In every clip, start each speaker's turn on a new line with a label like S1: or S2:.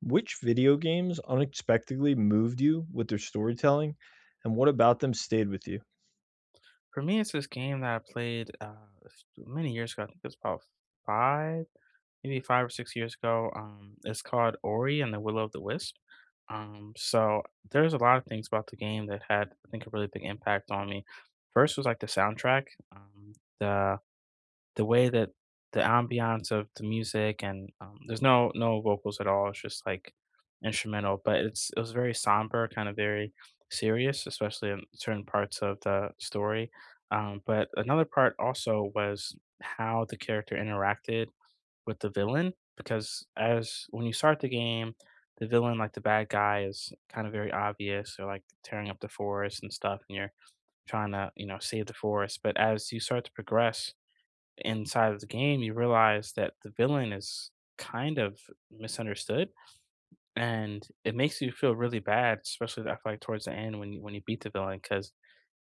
S1: Which video games unexpectedly moved you with their storytelling, and what about them stayed with you?
S2: For me, it's this game that I played many years ago. I think it's about 5, maybe 5 or 6 years ago. It's called Ori and the Will of the Wisp. So there's a lot of things about the game that had, I think, a really big impact on me. First was like the soundtrack. Um, the the way that the ambiance of the music and, there's no vocals at all, it's just, like, instrumental, but it was very somber, kinda very serious, especially in certain parts of the story. But another part also was how the character interacted with the villain, because as when you start the game, the villain, like, the bad guy is kinda very obvious. They're, like, tearing up the forest and stuff, and you're trying to, you know, save the forest. But as you start to progress inside of the game, you realize that the villain is kind of misunderstood, and it makes you feel really bad, especially I feel like towards the end when you beat the villain, because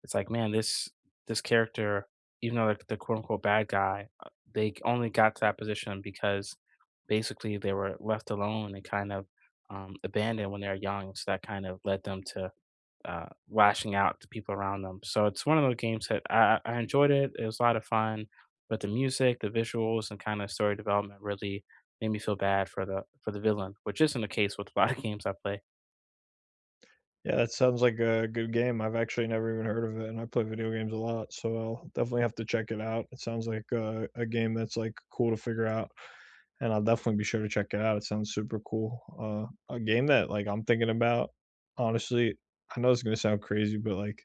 S2: it's like, man, this character, even though they're the quote unquote bad guy, they only got to that position because basically they were left alone and kind of abandoned when they were young, so that kind of led them to lashing out to people around them. So it's one of those games that I enjoyed it. It was a lot of fun, but the music, the visuals, and kind of story development really made me feel bad for the villain, which isn't the case with a lot of games I play.
S1: Yeah, that sounds like a good game. I've actually never even heard of it, and I play video games a lot, so I'll definitely have to check it out. It sounds like a game that's like cool to figure out, and I'll definitely be sure to check it out. It sounds super cool. A game that like I'm thinking about, honestly, I know it's gonna sound crazy, but like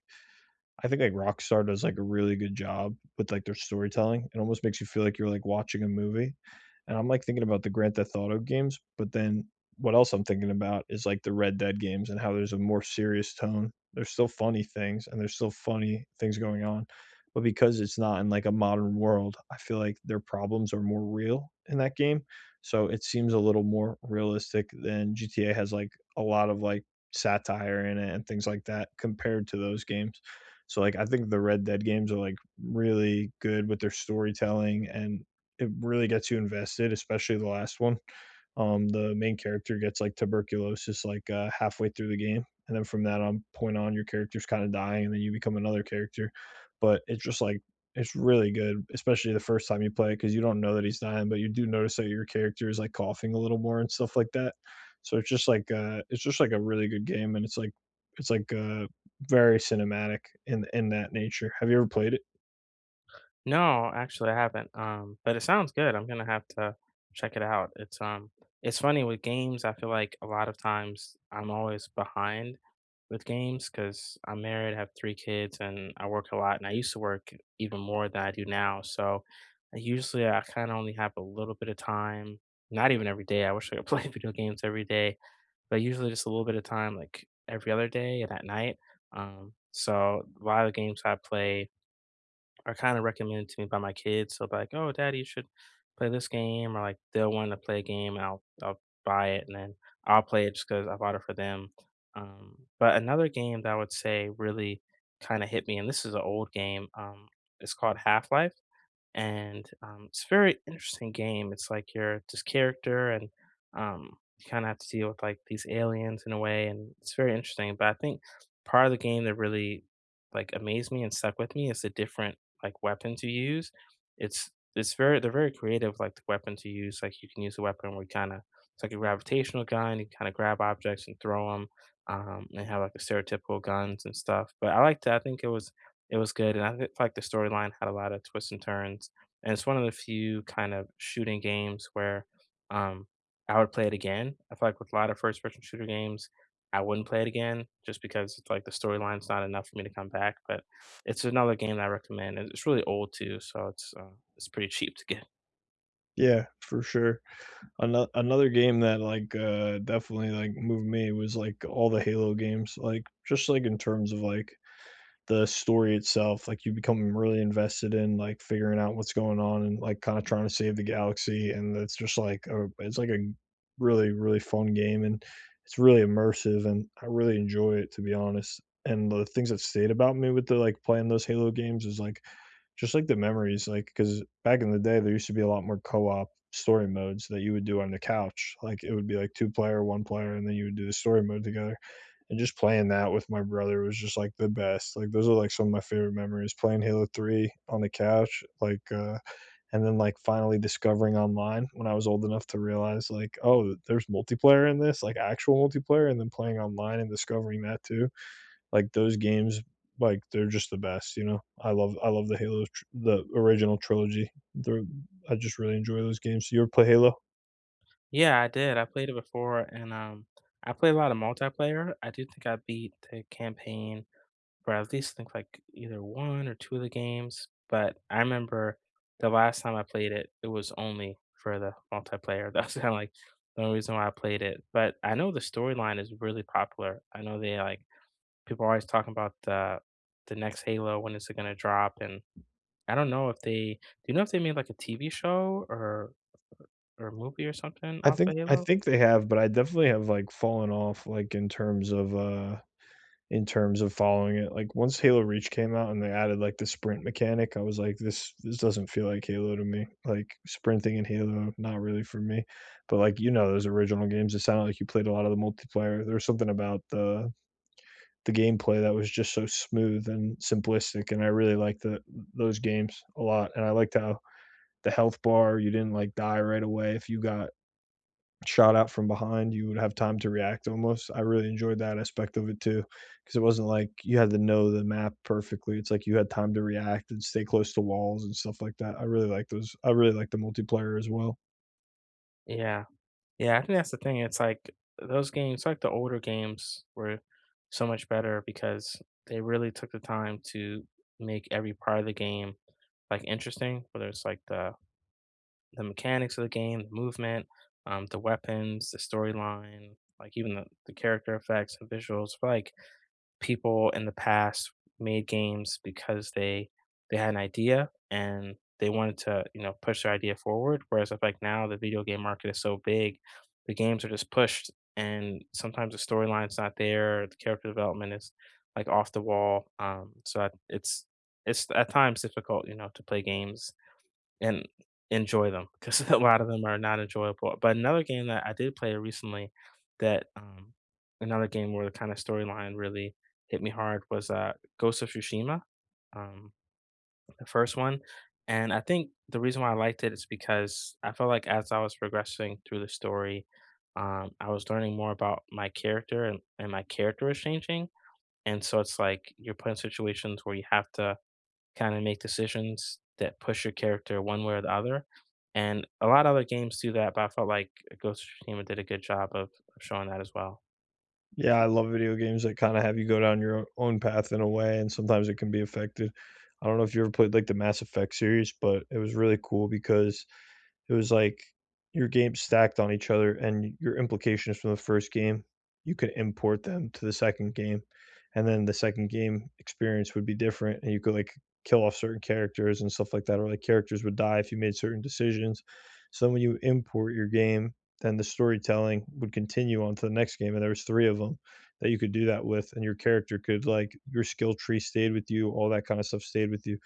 S1: I think like Rockstar does like a really good job with like their storytelling. It almost makes you feel like you're like watching a movie. And I'm like thinking about the Grand Theft Auto games, but then what else I'm thinking about is like the Red Dead games and how there's a more serious tone. There's still funny things and there's still funny things going on. But because it's not in like a modern world, I feel like their problems are more real in that game. So it seems a little more realistic than GTA has like a lot of like satire in it and things like that compared to those games. So like I think the Red Dead games are like really good with their storytelling and it really gets you invested, especially the last one. The main character gets like tuberculosis like halfway through the game, and then from that on point on, your character's kind of dying, and then you become another character. But it's just like it's really good, especially the first time you play it because you don't know that he's dying, but you do notice that your character is like coughing a little more and stuff like that. So it's just like a really good game, and it's like very cinematic in that nature. Have you ever played it?
S2: No, actually, I haven't. But it sounds good. I'm gonna have to check it out. It's funny with games. I feel like a lot of times I'm always behind with games because I'm married, have 3 kids, and I work a lot. And I used to work even more than I do now. So I usually I kind of only have a little bit of time. Not even every day. I wish I could play video games every day, but usually just a little bit of time, like every other day and at night. So a lot of the games I play are kind of recommended to me by my kids. So like, oh, daddy, you should play this game, or like they'll want to play a game, and I'll buy it, and then I'll play it just because I bought it for them. But another game that I would say really kind of hit me, and this is an old game. It's called Half Life and it's a very interesting game. It's like you're this character, and um, you kind of have to deal with like these aliens in a way, and it's very interesting. But I think part of the game that really like amazed me and stuck with me is the different like weapons you use. It's it's very they're very creative like the weapons you use. Like you can use a weapon where you kind of it's like a gravitational gun. You kind of grab objects and throw them. And have like the stereotypical guns and stuff, but I liked it. I think it was good, and I did like the storyline had a lot of twists and turns, and it's one of the few kind of shooting games where, um, I would play it again. I feel like with a lot of first person shooter games, I wouldn't play it again just because it's like the storyline's not enough for me to come back, but it's another game that I recommend, and it's really old too, so it's it's pretty cheap to get.
S1: Yeah, for sure. Another game that, like, definitely, like, moved me was, like, all the Halo games, like, just, like, in terms of, like, the story itself, like, you become really invested in, like, figuring out what's going on and, like, kinda trying to save the galaxy, and it's just, like, a it's, like, a really, really fun game, and it's really immersive, and I really enjoy it, to be honest, and the things that stayed about me with the, like, playing those Halo games is, like, just like the memories, like because back in the day, there used to be a lot more co-op story modes that you would do on the couch. Like, it would be, like, 2 player, 1 player, and then you would do the story mode together, and just playing that with my brother was just, like, the best. Like, those are, like, some of my favorite memories, playing Halo 3 on the couch, like, and then, like, finally discovering online when I was old enough to realize, like, "Oh, there's multiplayer in this, like, actual multiplayer," and then playing online and discovering that too like those games, like they're just the best, you know. I love the Halo, the original trilogy. They're, I just really enjoy those games. You ever play Halo?
S2: Yeah, I did. I played it before, and, I played a lot of multiplayer. I do think I beat the campaign for at least think like either one or two of the games. But I remember the last time I played it, it was only for the multiplayer. That's kind of like the only reason why I played it. But I know the storyline is really popular. I know they like people are always talking about the next Halo, when is it going to drop, and I don't know if they Do you know if they made like a TV show or a movie or something off of
S1: I
S2: Halo?
S1: think they have, but I definitely have like fallen off, like in terms of following it. Like once Halo Reach came out and they added like the sprint mechanic, I was like, this doesn't feel like Halo to me. Like sprinting in Halo, not really for me. But like you know, those original games, it sounded like you played a lot of the multiplayer. There was something about the gameplay that was just so smooth and simplistic and I really liked the those games a lot and I liked how the health bar you didn't like die right away if you got shot out from behind you would have time to react almost. I really enjoyed that aspect of it too because it wasn't like you had to know the map perfectly. It's like you had time to react and stay close to walls and stuff like that. I really like those. I really like the multiplayer as well.
S2: Yeah. Yeah, I think that's the thing, it's like, those games like, the older games were so much better because they really took the time to make every part of the game, like, interesting, whether it's, like, the mechanics of the game, the movement, the weapons, the storyline, like even the character effects and visuals. I feel like people in the past made games because they had an idea and they wanted to you know push their idea forward. Whereas I feel like now the video game market is so big, the games are just pushed, and sometimes the storyline's not there, the character development is like off the wall. So I, it's at times difficult, you know, to play games and enjoy them because a lot of them are not enjoyable. But another game that I did play recently that another game where the kind of storyline really hit me hard was Ghost of Tsushima, um the first one. And I think the reason why I liked it is because I felt like as I was progressing through the story, I was learning more about my character and my character was changing. And so it's like you're put in situations where you have to kinda make decisions that push your character one way or the other, and a lot of other games do that, but I felt like Ghost of Tsushima did a good job of showing that as well.
S1: Yeah, I love video games that kinda have you go down your o own path in a way, and sometimes it can be affected. I don't know if you ever played, like, the Mass Effect series, but it was really cool because it was like your games stacked on each other and your implications from the first game, you could import them to the second game, and then the second game experience would be different, and you could, like, kill off certain characters and stuff like that, or, like, characters would die if you made certain decisions. So then when you import your game, then the storytelling would continue on to the next game, and there was 3 of them that you could do that with, and your character could, like your skill tree stayed with you, all that kinda stuff stayed with you,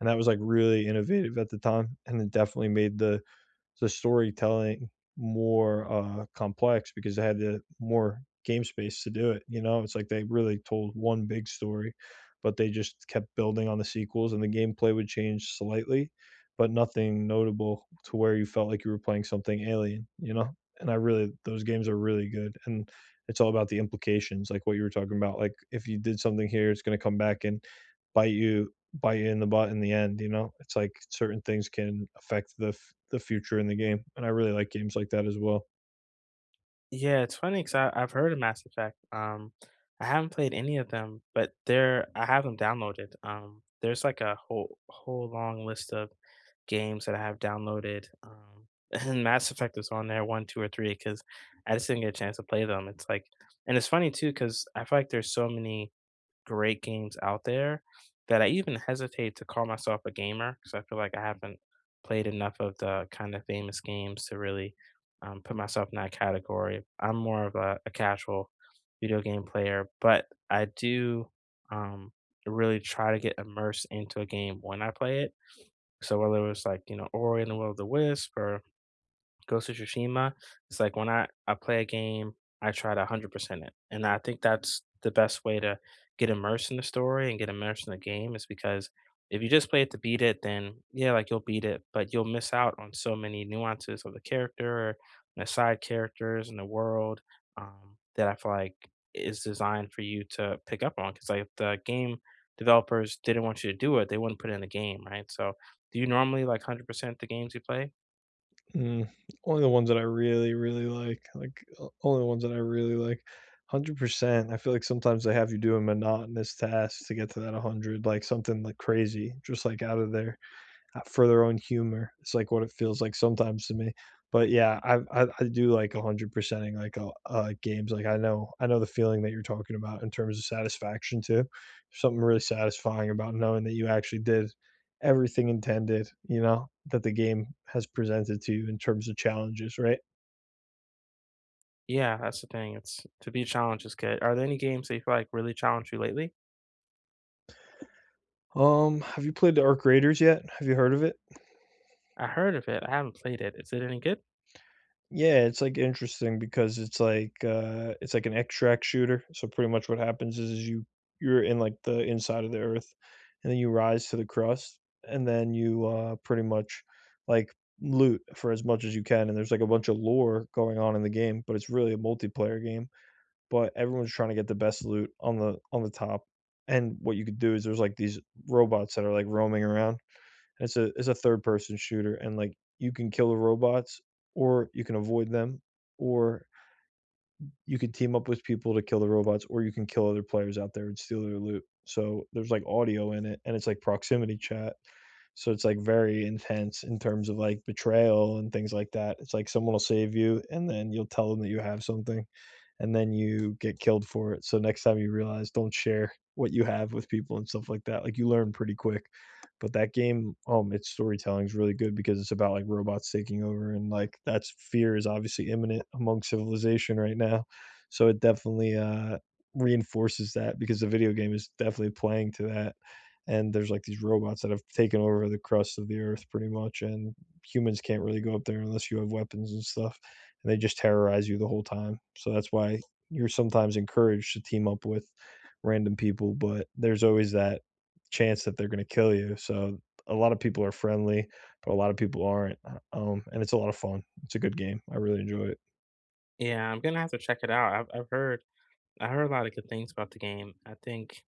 S1: and that was, like, really innovative at the time, and it definitely made the storytelling more complex because they had the more game space to do it. You know, it's like they really told one big story, but they just kept building on the sequels, and the gameplay would change slightly, but nothing notable to where you felt like you were playing something alien. You know, and I really those games are really good, and it's all about the implications, like what you were talking about. Like if you did something here, it's going to come back and bite you bite you in the butt in the end, you know? It's like certain things can affect the the future in the game, and I really like games like that as well.
S2: Yeah, it's funny because I've heard of Mass Effect. I haven't played any of them, but there I have them downloaded. There's like a whole long list of games that I have downloaded, and Mass Effect is on there 1, 2, or three because I just didn't get a chance to play them. It's like and it's funny too because I feel like there's so many great games out there that I even hesitate to call myself a gamer because I feel like I haven't played enough of the kind of famous games to really put myself in that category. I'm more of a casual video game player, but I do um, really try to get immersed into a game when I play it. So whether it was like you know Ori and the Will of the Wisp or Ghost of Tsushima, it's like when I play a game, I try to 100% it, and I think that's the best way to get immersed in the story and get immersed in the game is because if you just play it to beat it, then yeah, like you'll beat it, but you'll miss out on so many nuances of the character and the side characters and the world, that I feel like is designed for you to pick up on. Because like if the game developers didn't want you to do it, they wouldn't put it in the game, right? So, do you normally like 100% the games you play?
S1: Mm, only the ones that I really, really like only the ones that I really like. 100%. I feel like sometimes they have you doing monotonous tasks to get to that 100, like something like crazy, just like out of there. For their own humor. It's like what it feels like sometimes to me. But yeah, I do like 100%ing like games. Like I know the feeling that you're talking about in terms of satisfaction too. Something really satisfying about knowing that you actually did everything intended, you know, that the game has presented to you in terms of challenges, right?
S2: Yeah, that's the thing. It's to be challenged is good. Are there any games that you feel like really challenge you lately?
S1: Have you played the Arc Raiders yet? Have you heard of it?
S2: I heard of it. I haven't played it. Is it any good?
S1: Yeah, it's, like, interesting because it's like an extract shooter, so pretty much what happens is you you're in, like, the inside of the earth, and then you rise to the crust, and then you, pretty much, like, loot for as much as you can, and there's, like, a bunch of lore going on in the game, but it's really a multiplayer game, but everyone's trying to get the best loot on the top, and what you could do is there's, like, these robots that are, like, roaming around. It's a third person shooter and, like, you can kill the robots or you can avoid them or you could team up with people to kill the robots, or you can kill other players out there and steal their loot. So there's like audio in it, and it's like proximity chat. So it's like very intense in terms of like betrayal and things like that. It's like someone will save you, and then you'll tell them that you have something, and then you get killed for it. So next time you realize, don't share what you have with people and stuff like that. Like you learn pretty quick. But that game, its storytelling is really good because it's about like robots taking over, and like that's fear is obviously imminent among civilization right now. So it definitely reinforces that because the video game is definitely playing to that. And there's like these robots that have taken over the crust of the earth pretty much, and humans can't really go up there unless you have weapons and stuff. And they just terrorize you the whole time. So that's why you're sometimes encouraged to team up with random people, but there's always that chance that they're going to kill you. So a lot of people are friendly, but a lot of people aren't. And it's a lot of fun. It's a good game. I really enjoy it.
S2: Yeah, I'm gonna have to check it out. I've heard I heard a lot of good things about the game. I think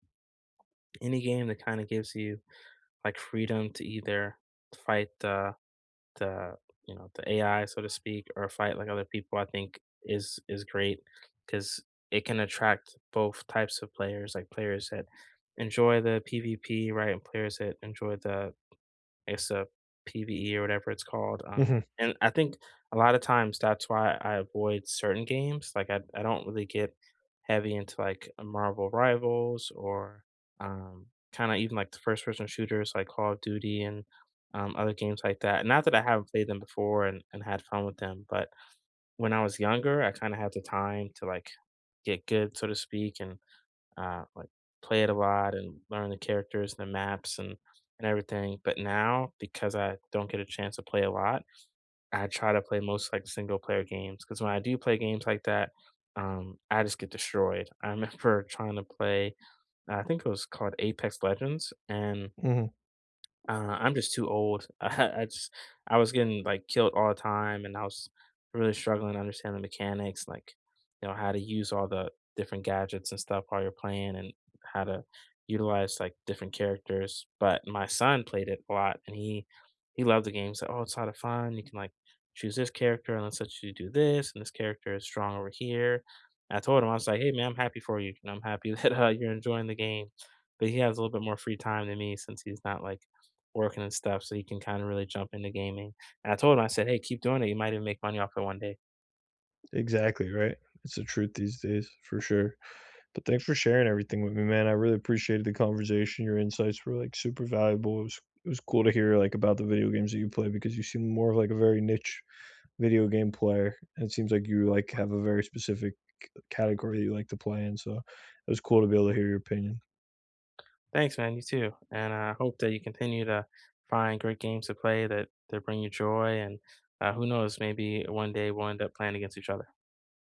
S2: any game that kind of gives you like freedom to either fight the you know the AI so to speak or fight like other people, I think is great because it can attract both types of players, like players that enjoy the PvP, right, and players that enjoy the It's a PvE or whatever it's called,
S1: hmm
S2: and I think a lot of times that's why I avoid certain games, like, I don't really get heavy into, like, Marvel Rivals, or um, kinda even, like, the first person shooters like Call of Duty, and other games like that. Not that I haven't played them before and had fun with them, but when I was younger, I kinda had the time to, like, get good, so to speak, and uh, like play it a lot and learn the characters and the maps and everything. But now, because I don't get a chance to play a lot, I try to play most like single player games. Because when I do play games like that, I just get destroyed. I remember trying to play, I think it was called Apex Legends, and
S1: hmm
S2: I'm just too old. I just I was getting, like, killed all the time, and I was really struggling to understand the mechanics, like, you know, how to use all the different gadgets and stuff while you're playing and how to utilize, like, different characters. But my son played it a lot, and he loved the game. He's like, "Oh, it's a lot of fun. You can, like, choose this character, and let's let you do this, and this character is strong over here." I told him, I was like, "Hey, man, I'm happy for you, and I'm happy that, you're enjoying the game," but he has a little bit more free time than me since he's not, like, working and stuff, so you can kinda really jump into gaming. And I told him, I said, "Hey, keep doing it, you might even make money off it one day."
S1: Exactly, right? It's the truth these days, for sure. But thanks for sharing everything with me, man. I really appreciated the conversation. Your insights were, like, super valuable. It was cool to hear, like, about the video games that you play because you seem more of, like, a very niche video game player, and it seems like you, like, have a very specific category that you like to play in, so it was cool to be able to hear your opinion.
S2: "Thanks, man, you too, and I hope that you continue to find great games to play that bring you joy, and, who knows, maybe one day we'll end up playing against each other."